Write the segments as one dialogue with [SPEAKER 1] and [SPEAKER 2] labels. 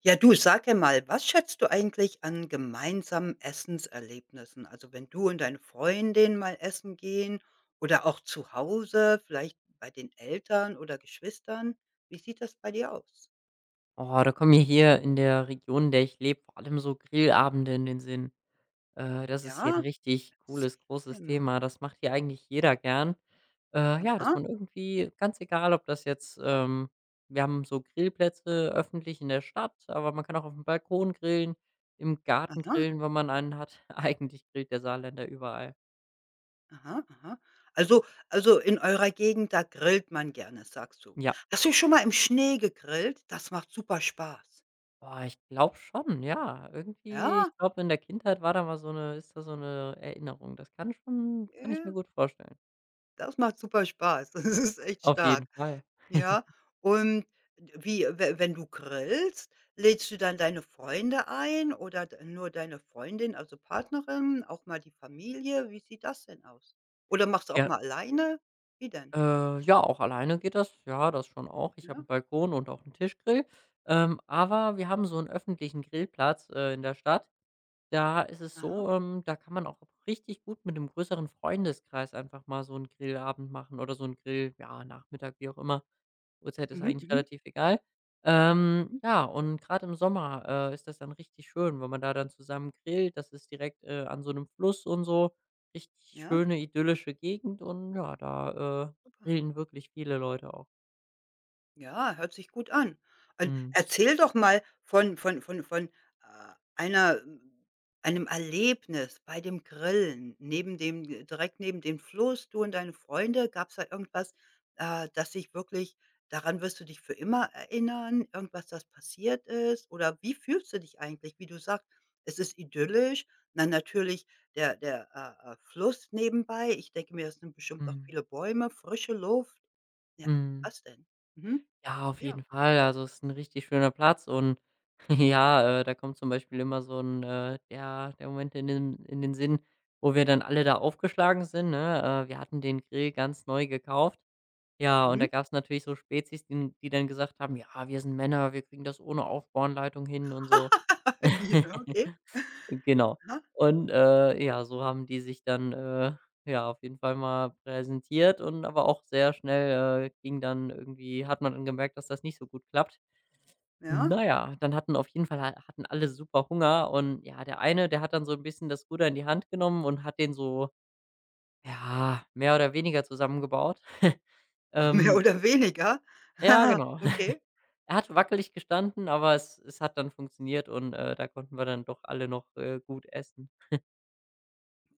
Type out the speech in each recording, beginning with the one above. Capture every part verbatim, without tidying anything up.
[SPEAKER 1] Ja, du, sag ja mal, was schätzt du eigentlich an gemeinsamen Essenserlebnissen? Also, wenn du und deine Freundin mal essen gehen oder auch zu Hause, vielleicht bei den Eltern oder Geschwistern. Wie sieht das bei dir aus?
[SPEAKER 2] Oh, da kommen mir hier in der Region, in der ich lebe, vor allem so Grillabende in den Sinn. Äh, das ist hier ein
[SPEAKER 1] Ja,
[SPEAKER 2] richtig cooles,
[SPEAKER 1] erzähl
[SPEAKER 2] großes
[SPEAKER 1] mal.
[SPEAKER 2] Thema. Das macht hier eigentlich jeder gern. Äh, ja, dass
[SPEAKER 1] Aha,
[SPEAKER 2] man irgendwie ganz egal, ob das jetzt ähm, wir haben so Grillplätze öffentlich in der Stadt, aber man kann auch auf dem Balkon grillen, im Garten
[SPEAKER 1] aha,
[SPEAKER 2] grillen, wenn man einen hat. Eigentlich grillt der Saarländer überall.
[SPEAKER 1] aha, aha. Also also, in eurer Gegend, da grillt man gerne, sagst du.
[SPEAKER 2] Ja,
[SPEAKER 1] Hast du schon mal im Schnee gegrillt? Das macht super Spaß.
[SPEAKER 2] boah, ich glaube schon, ja. Irgendwie
[SPEAKER 1] Ja,
[SPEAKER 2] ich glaube, in der Kindheit war da mal so eine, ist da so eine Erinnerung. Das kann schon kann ich mir
[SPEAKER 1] ja,
[SPEAKER 2] gut vorstellen.
[SPEAKER 1] das macht super Spaß. Das ist echt
[SPEAKER 2] Auf jeden
[SPEAKER 1] stark.
[SPEAKER 2] Fall.
[SPEAKER 1] Ja, und wie we wenn du grillst, lädst du dann deine Freunde ein oder d nur deine Freundin, also Partnerin, auch mal die Familie? Wie sieht das denn aus? Oder machst du auch
[SPEAKER 2] Ja,
[SPEAKER 1] mal alleine? Wie denn?
[SPEAKER 2] äh, ja, auch alleine geht das. Ja, das schon auch. Ich habe
[SPEAKER 1] Ja,
[SPEAKER 2] einen Balkon und auch einen Tischgrill. Ähm, aber wir haben so einen öffentlichen Grillplatz, äh, in der Stadt. Da ist es
[SPEAKER 1] aha.
[SPEAKER 2] so, ähm, da kann man auch richtig gut mit 'nem größeren Freundeskreis einfach mal so einen Grillabend machen oder so einen Grill ja, Nachmittag, wie auch immer. Uhrzeit ist
[SPEAKER 1] Mhm,
[SPEAKER 2] eigentlich
[SPEAKER 1] mhm,
[SPEAKER 2] relativ egal. Ähm,
[SPEAKER 1] mhm.
[SPEAKER 2] ja, und gerade im Sommer, äh, ist das dann richtig schön, wenn man da dann zusammen grillt. Das ist direkt, äh, an so einem Fluss und so. Richtig
[SPEAKER 1] Ja,
[SPEAKER 2] schöne idyllische Gegend und ja, da, äh,
[SPEAKER 1] super.
[SPEAKER 2] grillen wirklich viele Leute auch.
[SPEAKER 1] Ja, hört sich gut an. Und
[SPEAKER 2] Mhm.
[SPEAKER 1] erzähl doch mal von von von von, äh, einer einem Erlebnis bei dem Grillen neben dem äh, direkt neben dem Fluss, du und deine Freunde. Gab's da irgendwas, äh, das dich wirklich daran wirst du dich für immer erinnern, irgendwas, das passiert ist? Oder wie fühlst du dich eigentlich? Wie du sagst, es ist idyllisch. Na, natürlich der der, äh, äh, Fluss nebenbei. Ich denke mir, es sind bestimmt auch
[SPEAKER 2] Mhm.
[SPEAKER 1] viele Bäume, frische Luft. Ja,
[SPEAKER 2] Mhm.
[SPEAKER 1] was denn? Mhm.
[SPEAKER 2] Ja, auf
[SPEAKER 1] Ja.
[SPEAKER 2] jeden Fall. Also, es ist ein richtig schöner Platz und ja, äh, da kommt zum Beispiel immer so ein äh ja, der Moment in den in den Sinn, wo wir dann alle da aufgeschlagen sind, ne? Äh, wir hatten den Grill ganz neu gekauft. Ja, und
[SPEAKER 1] Mhm.
[SPEAKER 2] da gab's natürlich so Spezies, die die dann gesagt haben: „Ja, wir sind Männer, wir kriegen das ohne Aufbauanleitung hin" und so.
[SPEAKER 1] Ja, okay.
[SPEAKER 2] Genau.
[SPEAKER 1] Aha.
[SPEAKER 2] Und, äh, ja, so haben die sich dann, äh, ja, auf jeden Fall mal präsentiert und aber auch sehr schnell, äh, ging dann irgendwie hat man dann gemerkt, dass das nicht so gut klappt.
[SPEAKER 1] Ja,
[SPEAKER 2] Naja, dann hatten auf jeden Fall ha hatten alle super Hunger und, ja, der eine, der hat dann so ein bisschen das Ruder in die Hand genommen und hat den so, ja, mehr oder weniger zusammengebaut.
[SPEAKER 1] mehr
[SPEAKER 2] Ähm,
[SPEAKER 1] oder weniger.
[SPEAKER 2] ja, genau.
[SPEAKER 1] Okay,
[SPEAKER 2] Er hat wackelig gestanden, aber es es hat dann funktioniert und, äh, da konnten wir dann doch alle noch, äh, gut essen.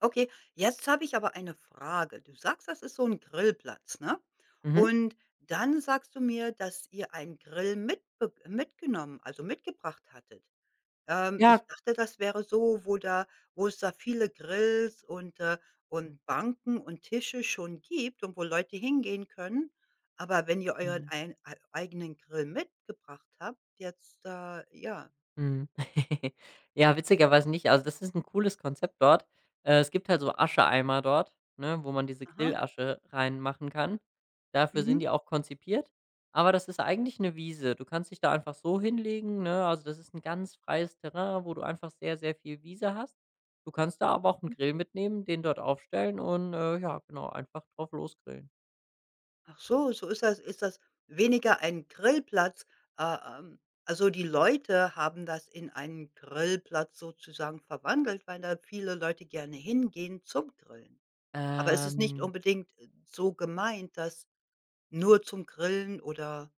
[SPEAKER 1] okay. Jetzt habe ich aber eine Frage. Du sagst, das ist so ein Grillplatz, ne?
[SPEAKER 2] Mhm.
[SPEAKER 1] Und dann sagst du mir, dass ihr einen Grill mitbe mitgenommen, also mitgebracht hattet. Ähm, ich
[SPEAKER 2] Ja.
[SPEAKER 1] dachte, das wäre so, wo da wo es da viele Grills und, äh und Banken und Tische schon gibt und wo Leute hingehen können. Aber wenn ihr euren
[SPEAKER 2] Mhm.
[SPEAKER 1] ein ei eigenen Grill mitgebracht habt, jetzt, äh ja,
[SPEAKER 2] Mhm. Ja, witzigerweise nicht. Also, das ist ein cooles Konzept dort. Äh, es gibt halt so Ascheeimer dort, ne, wo man diese
[SPEAKER 1] aha,
[SPEAKER 2] Grillasche reinmachen kann. Dafür sind
[SPEAKER 1] mhm,
[SPEAKER 2] die auch konzipiert. Aber das ist eigentlich eine Wiese. Du kannst dich da einfach so hinlegen, ne? Also, das ist ein ganz freies Terrain, wo du einfach sehr, sehr viel Wiese hast. Du kannst da aber auch 'n
[SPEAKER 1] mhm.
[SPEAKER 2] Grill mitnehmen, den dort aufstellen und, äh, ja, genau, einfach drauf losgrillen.
[SPEAKER 1] Ach so, so ist das ist das weniger ein Grillplatz, äh, ähm also, die Leute haben das in einen Grillplatz sozusagen verwandelt, weil da viele Leute gerne hingehen zum Grillen. Aber es ist nicht
[SPEAKER 2] Ähm
[SPEAKER 1] unbedingt so gemeint, dass nur zum Grillen oder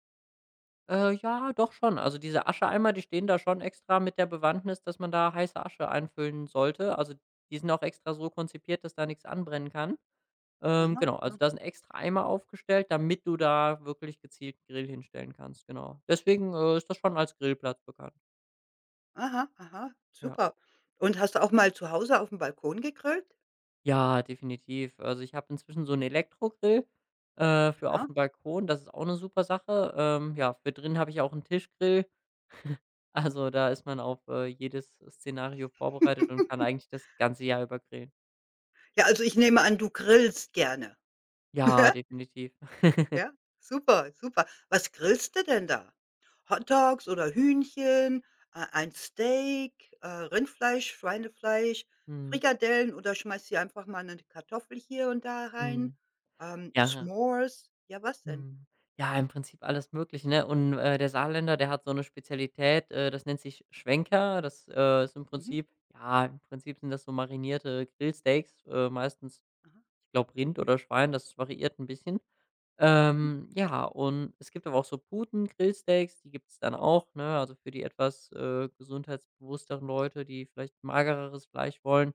[SPEAKER 2] Äh, ja, doch schon. Also, diese Ascheeimer, die stehen da schon extra mit der Bewandtnis, dass man da heiße Asche einfüllen sollte. Also, die sind auch extra so konzipiert, dass da nichts anbrennen kann. Ähm,
[SPEAKER 1] aha,
[SPEAKER 2] genau, also
[SPEAKER 1] mhm,
[SPEAKER 2] da sind extra Eimer aufgestellt, damit du da wirklich gezielt 'n Grill hinstellen kannst, genau. Deswegen, äh, ist das schon als Grillplatz bekannt,
[SPEAKER 1] aha, aha,
[SPEAKER 2] ja.
[SPEAKER 1] super. Und hast du auch mal zu Hause aufm Balkon gegrillt?
[SPEAKER 2] Ja, definitiv. Also, ich habe inzwischen so einen Elektrogrill, äh, für auf
[SPEAKER 1] Ja?
[SPEAKER 2] dem Balkon, das ist auch eine super Sache. Ähm, ja, für drin habe ich auch einen Tischgrill. Also, da ist man auf, äh, jedes Szenario vorbereitet und kann eigentlich das ganze Jahr über grillen.
[SPEAKER 1] Ja, also ich nehme an, du grillst gerne.
[SPEAKER 2] Ja, definitiv.
[SPEAKER 1] Ja, super, super. Was grillst du denn da? Hotdogs oder Hühnchen, äh, ein Steak, äh, Rindfleisch, Schweinefleisch,
[SPEAKER 2] Mhm,
[SPEAKER 1] Frikadellen oder schmeißt dir einfach mal 'ne Kartoffel hier und da rein?
[SPEAKER 2] mhm.
[SPEAKER 1] Ähm,
[SPEAKER 2] Ja,
[SPEAKER 1] S'mores? Ja, was denn?
[SPEAKER 2] mhm. Ja, im Prinzip alles Mögliche, ne? Und, äh, der Saarländer, der hat so eine Spezialität, äh, das nennt sich Schwenker. Das, äh, ist im
[SPEAKER 1] Mhm.
[SPEAKER 2] Prinzip ja, im Prinzip sind das so marinierte Grillsteaks, äh, meistens,
[SPEAKER 1] Aha.
[SPEAKER 2] ich glaube, Rind oder Schwein, das variiert ein bisschen. Ähm, ja, und es gibt aber auch so Puten-Grillsteaks, die gibt's dann auch, ne? Also für die etwas, äh, gesundheitsbewussteren Leute, die vielleicht magereres Fleisch wollen.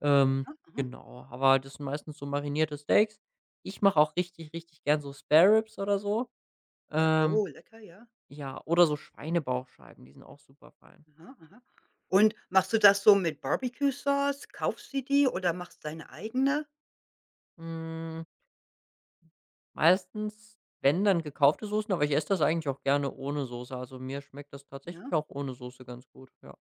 [SPEAKER 2] Ähm,
[SPEAKER 1] Aha, aha.
[SPEAKER 2] genau, aber das sind meistens so marinierte Steaks. Ich mache auch richtig, richtig gern so Spare Ribs oder so.
[SPEAKER 1] Ja,
[SPEAKER 2] Ähm,
[SPEAKER 1] oh, lecker, ja.
[SPEAKER 2] ja, oder so Schweinebauchscheiben, die sind auch super fein.
[SPEAKER 1] Aha, aha. Und machst du das so mit Barbecue-Sauce? Kaufst du die oder machst deine eigene?
[SPEAKER 2] Hm, meistens, wenn, dann gekaufte Soßen, aber ich esse das eigentlich auch gerne ohne Soße. Also mir schmeckt das tatsächlich
[SPEAKER 1] Ja.
[SPEAKER 2] auch ohne Soße ganz gut, ja.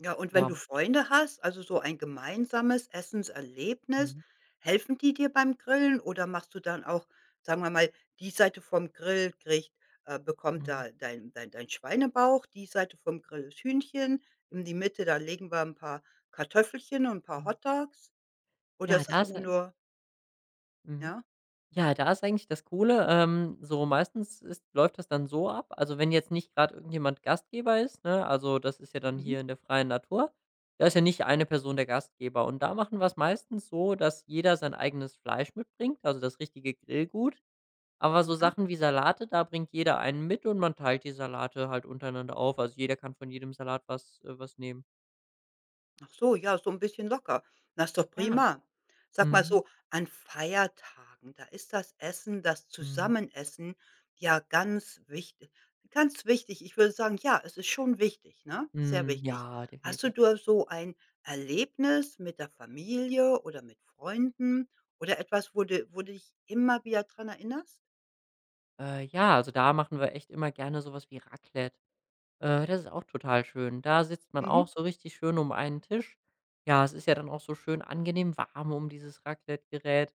[SPEAKER 1] Ja, und wenn du
[SPEAKER 2] Ja.
[SPEAKER 1] Freunde hast, also so ein gemeinsames Essenserlebnis,
[SPEAKER 2] Mhm.
[SPEAKER 1] helfen die dir beim Grillen oder machst du dann auch, sagen wir mal, die Seite vom Grill kriegt äh, bekommt
[SPEAKER 2] Mhm.
[SPEAKER 1] da dein dein dein Schweinebauch, die Seite vom Grill ist Hühnchen, in die Mitte, da legen wir ein paar Kartoffelchen und ein paar
[SPEAKER 2] Mhm.
[SPEAKER 1] Hotdogs oder
[SPEAKER 2] Ja,
[SPEAKER 1] ist das
[SPEAKER 2] da ist
[SPEAKER 1] immer
[SPEAKER 2] ei
[SPEAKER 1] nur
[SPEAKER 2] mhm.
[SPEAKER 1] ja?
[SPEAKER 2] Ja, da ist eigentlich das Coole, ähm, so meistens ist läuft das dann so ab, also, wenn jetzt nicht grad irgendjemand Gastgeber ist, ne, also, das ist ja dann
[SPEAKER 1] Mhm.
[SPEAKER 2] hier in der freien Natur, da ist ja nicht eine Person der Gastgeber. Und da machen wir's meistens so, dass jeder sein eigenes Fleisch mitbringt, also, das richtige Grillgut. Aber so
[SPEAKER 1] Aha.
[SPEAKER 2] Sachen wie Salate, da bringt jeder einen mit und man teilt die Salate halt untereinander auf. Also, jeder kann von jedem Salat was äh, was nehmen.
[SPEAKER 1] Ach so, ja, so ein bisschen locker. Das ist doch
[SPEAKER 2] Ja.
[SPEAKER 1] prima. Sag mal
[SPEAKER 2] Mhm.
[SPEAKER 1] so, an Feiertagen, da ist das Essen, das
[SPEAKER 2] Mhm.
[SPEAKER 1] Zusammenessen ja ganz wicht ganz wichtig. Ich würde sagen, ja, es ist schon wichtig, ne? Sehr
[SPEAKER 2] Mhm.
[SPEAKER 1] wichtig.
[SPEAKER 2] Ja,
[SPEAKER 1] Hast du
[SPEAKER 2] definitiv.
[SPEAKER 1] da so ein Erlebnis mit der Familie oder mit Freunden oder etwas, wo du wo du dich immer wieder dran erinnerst?
[SPEAKER 2] Äh, ja, also da machen wir echt immer gerne sowas wie Raclette. Äh, das ist auch total schön. Da sitzt man
[SPEAKER 1] Mhm.
[SPEAKER 2] auch so richtig schön um einen Tisch. Ja, es ist ja dann auch so schön angenehm warm um dieses Raclette-Gerät.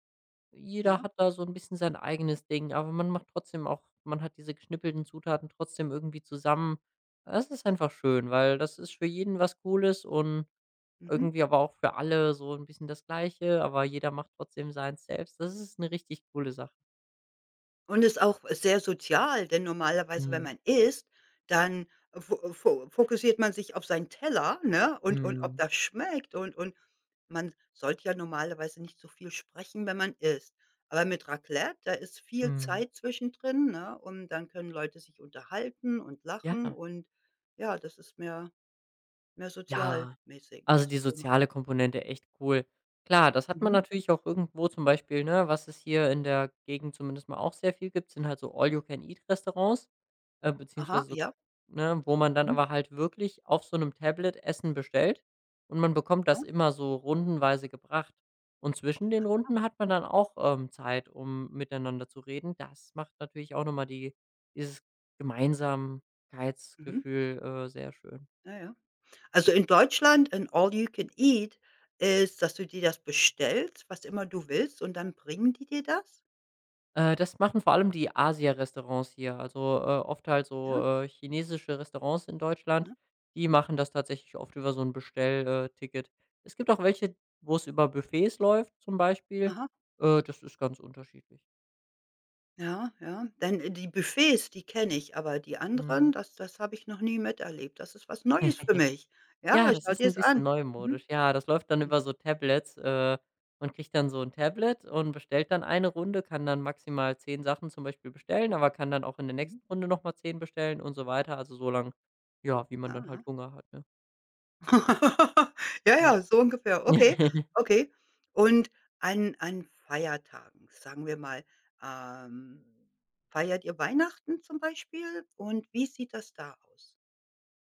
[SPEAKER 2] Jeder
[SPEAKER 1] Ja.
[SPEAKER 2] hat da so ein bisschen sein eigenes Ding, aber man macht trotzdem auch man hat diese geschnippelten Zutaten trotzdem irgendwie zusammen. Das ist einfach schön, weil das ist für jeden was Cooles und
[SPEAKER 1] Mhm.
[SPEAKER 2] irgendwie aber auch für alle so ein bisschen das Gleiche, aber jeder macht trotzdem seins selbst. Das ist eine richtig coole Sache.
[SPEAKER 1] Und ist auch sehr sozial, denn normalerweise, wenn
[SPEAKER 2] Mhm.
[SPEAKER 1] man isst, dann fo fo fokussiert man sich auf seinen Teller, ne, und und ob
[SPEAKER 2] Mhm.
[SPEAKER 1] das schmeckt, und und man sollte ja normalerweise nicht so viel sprechen, wenn man isst. Aber mit Raclette, da ist viel
[SPEAKER 2] Mhm.
[SPEAKER 1] Zeit zwischendrin, ne, und dann können Leute sich unterhalten und
[SPEAKER 2] Ja.
[SPEAKER 1] lachen und ja, das ist mehr mehr
[SPEAKER 2] Ja,
[SPEAKER 1] sozialmäßig.
[SPEAKER 2] also die
[SPEAKER 1] Ist prima.
[SPEAKER 2] soziale Komponente echt cool. Klar, das hat man
[SPEAKER 1] Mhm.
[SPEAKER 2] natürlich auch irgendwo zum Beispiel, ne, was es hier in der Gegend zumindest mal auch sehr viel gibt, sind halt so All-You-Can-Eat-Restaurants, äh,
[SPEAKER 1] Aha,
[SPEAKER 2] beziehungsweise so
[SPEAKER 1] ja.
[SPEAKER 2] ne, wo man dann
[SPEAKER 1] Mhm.
[SPEAKER 2] aber halt wirklich auf so einem Tablet Essen bestellt und man bekommt
[SPEAKER 1] Aha.
[SPEAKER 2] das immer so rundenweise gebracht. Und zwischen den Runden hat man dann auch, ähm, Zeit, um miteinander zu reden. Das macht natürlich auch noch mal die dieses
[SPEAKER 1] Mhm.
[SPEAKER 2] Gemeinsamkeitsgefühl, äh, sehr schön.
[SPEAKER 1] Ja, ja. Also, in Deutschland ein All You Can Eat ist, dass du dir das bestellst, was immer du willst, und dann bringen die dir das,
[SPEAKER 2] Äh, das machen vor allem die Asia-Restaurants hier. Also, äh, oft halt so,
[SPEAKER 1] ja,
[SPEAKER 2] äh, chinesische Restaurants in Deutschland,
[SPEAKER 1] ne?
[SPEAKER 2] die machen das tatsächlich oft über so ein Bestell äh, Ticket. Es gibt auch welche, wo es über Buffets läuft zum Beispiel.
[SPEAKER 1] Aha,
[SPEAKER 2] Äh, das ist ganz unterschiedlich.
[SPEAKER 1] ja, ja. Dann, äh, die Buffets, die kenne ich, aber die
[SPEAKER 2] Mhm.
[SPEAKER 1] anderen, das das habe ich noch nie miterlebt. Das ist was Neues für mich.
[SPEAKER 2] Ja,
[SPEAKER 1] Ja,
[SPEAKER 2] das
[SPEAKER 1] schau
[SPEAKER 2] ist ein
[SPEAKER 1] dir's
[SPEAKER 2] bisschen
[SPEAKER 1] an. Mhm.
[SPEAKER 2] neumodisch. Ja, das läuft dann
[SPEAKER 1] Mhm.
[SPEAKER 2] über so Tablets. Äh, man kriegt dann so ein Tablet und bestellt dann eine Runde, kann dann maximal zehn Sachen zum Beispiel bestellen, aber kann dann auch in der
[SPEAKER 1] Mhm.
[SPEAKER 2] nächsten Runde noch mal zehn bestellen und so weiter. Also, so lang, ja, wie man
[SPEAKER 1] Ja,
[SPEAKER 2] dann halt
[SPEAKER 1] aha.
[SPEAKER 2] Hunger hat, ne?
[SPEAKER 1] Ja,
[SPEAKER 2] Ja.
[SPEAKER 1] ja, so ungefähr. Okay, okay. Und an an Feiertagen, sagen wir mal, ähm, feiert ihr Weihnachten zum Beispiel und wie sieht das da aus?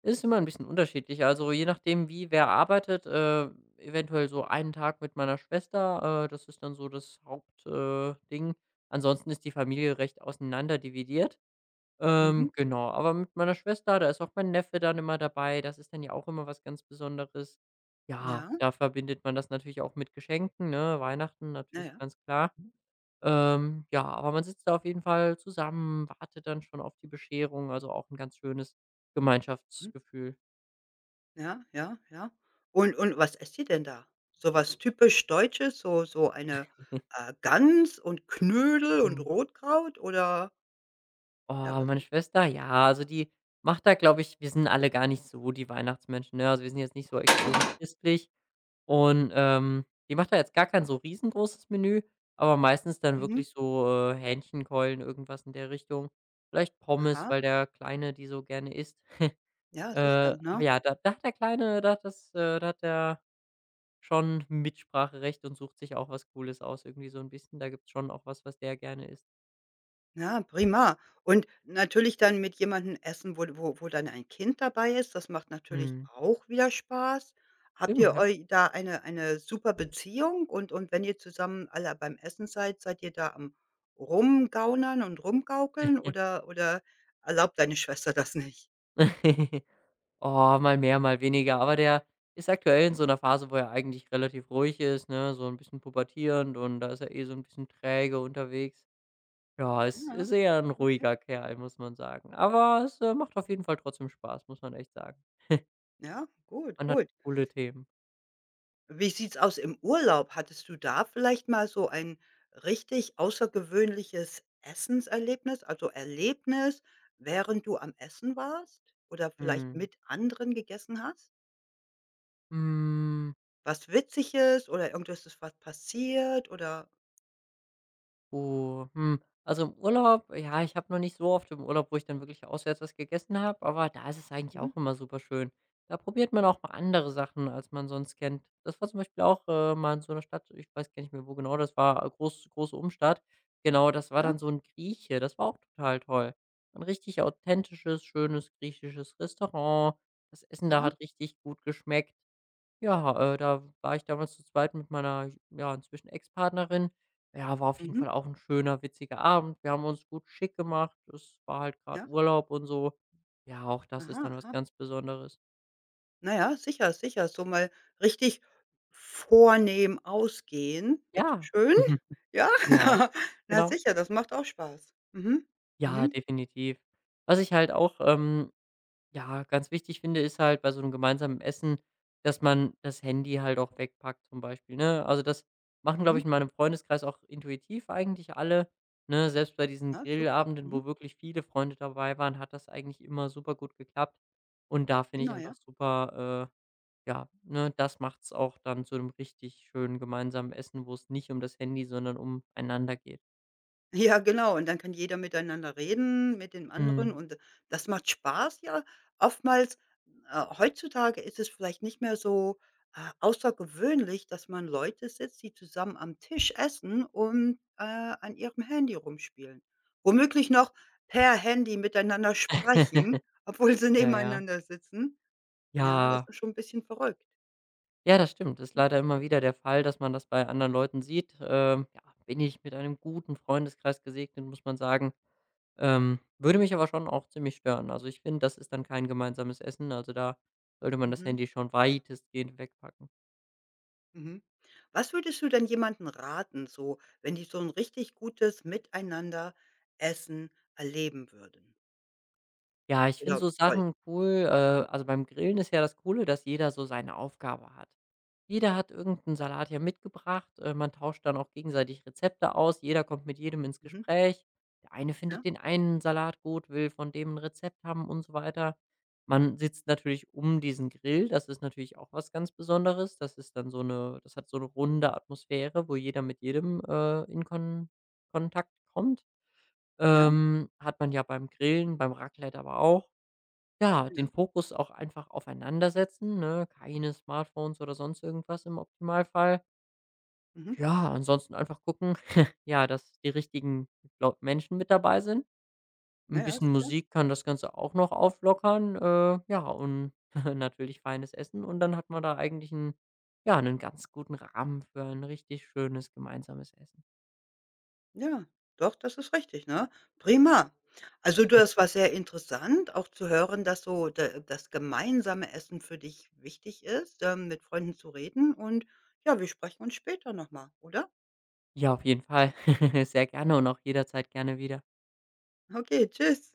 [SPEAKER 2] Ist immer ein bisschen unterschiedlich. Also, je nachdem, wie wer arbeitet, äh, eventuell so einen Tag mit meiner Schwester, äh, das ist dann so das Hauptding äh, Ding. Ansonsten ist die Familie recht auseinander dividiert.
[SPEAKER 1] Mhm.
[SPEAKER 2] Ähm, genau, aber mit meiner Schwester, da ist auch mein Neffe dann immer dabei. Das ist dann ja auch immer was ganz Besonderes. Ja,
[SPEAKER 1] Ja,
[SPEAKER 2] da verbindet man das natürlich auch mit Geschenken, ne? Weihnachten
[SPEAKER 1] ja,
[SPEAKER 2] natürlich
[SPEAKER 1] ja.
[SPEAKER 2] ganz klar.
[SPEAKER 1] Mhm,
[SPEAKER 2] Ähm, ja, aber man sitzt da auf jeden Fall zusammen, wartet dann schon auf die Bescherung, also auch ein ganz schönes
[SPEAKER 1] mhm.
[SPEAKER 2] Gemeinschaftsgefühl.
[SPEAKER 1] Ja, ja, ja. Und und was esst ihr denn da? So was typisch Deutsches, so so eine, äh, Gans und Knödel und
[SPEAKER 2] Mhm.
[SPEAKER 1] Rotkraut oder ja,
[SPEAKER 2] Oh,
[SPEAKER 1] was
[SPEAKER 2] meine
[SPEAKER 1] denn?
[SPEAKER 2] Schwester, ja, also die macht da, glaube ich wir sind alle gar nicht so die Weihnachtsmenschen, ne? Also wir sind jetzt nicht so extrem christlich und, ähm, die macht da jetzt gar kein so riesengroßes Menü, aber meistens dann
[SPEAKER 1] Mhm.
[SPEAKER 2] wirklich so, äh, Hähnchenkeulen, irgendwas in der Richtung. Vielleicht Pommes,
[SPEAKER 1] Aha,
[SPEAKER 2] weil der Kleine die so gerne isst.
[SPEAKER 1] ja, sicher,
[SPEAKER 2] Äh, aber
[SPEAKER 1] ne?
[SPEAKER 2] ja, da da hat der Kleine da hat das, äh da hat der schon Mitspracherecht und sucht sich auch was Cooles aus irgendwie so 'n bisschen. Da gibt's schon auch was, was der gerne isst.
[SPEAKER 1] Ja, prima. Und natürlich dann mit jemandem essen, wo wo wo dann ein Kind dabei ist. Das macht natürlich
[SPEAKER 2] Mhm.
[SPEAKER 1] auch wieder Spaß. Habt
[SPEAKER 2] Stimmt,
[SPEAKER 1] ihr
[SPEAKER 2] ja.
[SPEAKER 1] eu da eine eine super Beziehung? Und und wenn ihr zusammen alle beim Essen seid, seid ihr da am Rumgaunern und Rumgaukeln oder oder erlaubt deine Schwester das nicht?
[SPEAKER 2] Oh, mal mehr, mal weniger, aber der ist aktuell in so 'ner Phase, wo er eigentlich relativ ruhig ist, ne, so 'n bisschen pubertierend und da ist er eh so 'n bisschen träge unterwegs. Ja, es
[SPEAKER 1] Ja,
[SPEAKER 2] ist eher 'n
[SPEAKER 1] okay.
[SPEAKER 2] ruhiger Kerl, muss man sagen. Aber es, äh, macht auf jeden Fall trotzdem Spaß, muss man echt sagen.
[SPEAKER 1] Ja, gut,
[SPEAKER 2] Man hat
[SPEAKER 1] gut.
[SPEAKER 2] coole Themen.
[SPEAKER 1] Wie sieht's aus im Urlaub? Hattest du da vielleicht mal so ein richtig außergewöhnliches Essenserlebnis, also Erlebnis, während du am Essen warst oder vielleicht
[SPEAKER 2] Mhm.
[SPEAKER 1] mit anderen gegessen hast?
[SPEAKER 2] Hm.
[SPEAKER 1] Was Witziges oder irgendwas ist was passiert oder
[SPEAKER 2] Oh, hm, also im Urlaub ja, ich habe noch nicht so oft im Urlaub, wo ich dann wirklich auswärts was gegessen habe, aber da ist es eigentlich
[SPEAKER 1] mhm,
[SPEAKER 2] auch immer super schön. Da probiert man auch mal andere Sachen, als man sonst kennt. Das war zum Beispiel auch, äh, mal in so einer Stadt, ich weiß gar nicht mehr, wo genau das war, äh, groß große Umstadt. Genau, das war
[SPEAKER 1] ja,
[SPEAKER 2] dann so ein Grieche, das war auch total toll. Ein richtig authentisches, schönes griechisches Restaurant. Das Essen da
[SPEAKER 1] aha,
[SPEAKER 2] hat richtig gut geschmeckt. Ja, äh, da war ich damals zu zweit mit meiner, ja, inzwischen Ex-Partnerin. Ja, war auf jeden
[SPEAKER 1] mhm,
[SPEAKER 2] Fall auch ein schöner, witziger Abend. Wir haben uns gut schick gemacht. Es war halt gerade
[SPEAKER 1] ja,
[SPEAKER 2] Urlaub und so. Ja, auch das ist
[SPEAKER 1] aha,
[SPEAKER 2] dann was
[SPEAKER 1] aha.
[SPEAKER 2] ganz Besonderes.
[SPEAKER 1] Na ja, sicher, sicher, so mal richtig vornehm ausgehen, bitte
[SPEAKER 2] Ja,
[SPEAKER 1] schön. Ja,
[SPEAKER 2] ja,
[SPEAKER 1] na
[SPEAKER 2] genau.
[SPEAKER 1] sicher, das macht auch Spaß. Mhm,
[SPEAKER 2] Ja,
[SPEAKER 1] mhm,
[SPEAKER 2] definitiv. Was ich halt auch ähm, Ja, ganz wichtig finde, ist halt bei so einem gemeinsamen Essen, dass man das Handy halt auch wegpackt zum Beispiel, ne? Also, das machen, glaube
[SPEAKER 1] mhm.
[SPEAKER 2] ich, in meinem Freundeskreis auch intuitiv eigentlich alle, ne? Selbst bei diesen
[SPEAKER 1] Ja, super.
[SPEAKER 2] Grillabenden,
[SPEAKER 1] Mhm.
[SPEAKER 2] wo wirklich viele Freunde dabei waren, hat das eigentlich immer super gut geklappt. Und da finde ich
[SPEAKER 1] Immer,
[SPEAKER 2] einfach
[SPEAKER 1] ja.
[SPEAKER 2] super, äh, ja, ne, das macht's auch dann zu einem richtig schönen gemeinsamen Essen, wo es nicht um das Handy, sondern um einander geht.
[SPEAKER 1] Ja, genau. Und dann kann jeder miteinander reden, mit den anderen,
[SPEAKER 2] Mhm.
[SPEAKER 1] und das macht Spaß, ja. Oftmals, äh, heutzutage ist es vielleicht nicht mehr so, äh, außergewöhnlich, dass man Leute sitzt, die zusammen am Tisch essen und, äh, an ihrem Handy rumspielen. Womöglich noch per Handy miteinander sprechen, obwohl sie
[SPEAKER 2] Ja, ja.
[SPEAKER 1] nebeneinander sitzen. Ja, das
[SPEAKER 2] Ja.
[SPEAKER 1] ist schon ein bisschen verrückt.
[SPEAKER 2] Ja, das stimmt. Ist
[SPEAKER 1] Mhm.
[SPEAKER 2] leider immer wieder der Fall, dass man das bei anderen Leuten sieht. Ähm, ja, bin ich mit einem guten Freundeskreis gesegnet, muss man sagen. Ähm, würde mich aber schon auch ziemlich stören. Also ich finde, das ist dann kein gemeinsames Essen. Also da sollte man das
[SPEAKER 1] Mhm.
[SPEAKER 2] Handy schon weitestgehend wegpacken.
[SPEAKER 1] Mhm. Was würdest du denn jemandem raten, so wenn die so 'n richtig gutes Miteinander essen erleben würden
[SPEAKER 2] Ja, ich finde
[SPEAKER 1] oder
[SPEAKER 2] so
[SPEAKER 1] wollten?
[SPEAKER 2] Sachen cool äh,
[SPEAKER 1] Mhm,
[SPEAKER 2] also, beim Grillen ist ja das Coole, dass jeder so seine Aufgabe hat. Jeder hat irgendeinen Salat hier mitgebracht, äh, man tauscht dann auch gegenseitig Rezepte aus, jeder kommt mit jedem ins
[SPEAKER 1] mhm,
[SPEAKER 2] Gespräch. Der eine findet
[SPEAKER 1] ja,
[SPEAKER 2] den einen Salat gut, will von dem ein Rezept haben und so weiter. Man sitzt natürlich um diesen Grill, das ist natürlich auch was ganz Besonderes. Das ist dann so eine, das hat so eine runde Atmosphäre, wo jeder mit jedem, äh, in Kon Kontakt kommt.
[SPEAKER 1] ja,
[SPEAKER 2] Ähm, hat man ja beim Grillen, beim Raclette aber auch. Ja,
[SPEAKER 1] ja,
[SPEAKER 2] den
[SPEAKER 1] ja,
[SPEAKER 2] Fokus auch einfach aufeinander setzen, ne? Keine Smartphones oder sonst irgendwas im Optimalfall.
[SPEAKER 1] mhm,
[SPEAKER 2] Ja, ansonsten einfach gucken, ja, dass die richtigen Lau Menschen mit dabei sind.
[SPEAKER 1] ja,
[SPEAKER 2] ein
[SPEAKER 1] ja,
[SPEAKER 2] bisschen
[SPEAKER 1] sicher.
[SPEAKER 2] Musik kann das Ganze auch noch auflockern, äh, ja, und natürlich feines Essen und dann hat man da eigentlich 'n ja, einen ganz guten Rahmen für ein richtig schönes gemeinsames Essen.
[SPEAKER 1] Ja, doch, das ist richtig, ne? Prima. Also,
[SPEAKER 2] Hm,
[SPEAKER 1] das war sehr interessant, auch zu hören, dass so da das gemeinsame Essen für dich wichtig ist, ähm, mit Freunden zu reden und ja, wir sprechen uns später noch mal, oder?
[SPEAKER 2] Ja, auf jeden Fall. Sehr gerne und auch jederzeit gerne wieder.
[SPEAKER 1] Okay, tschüss.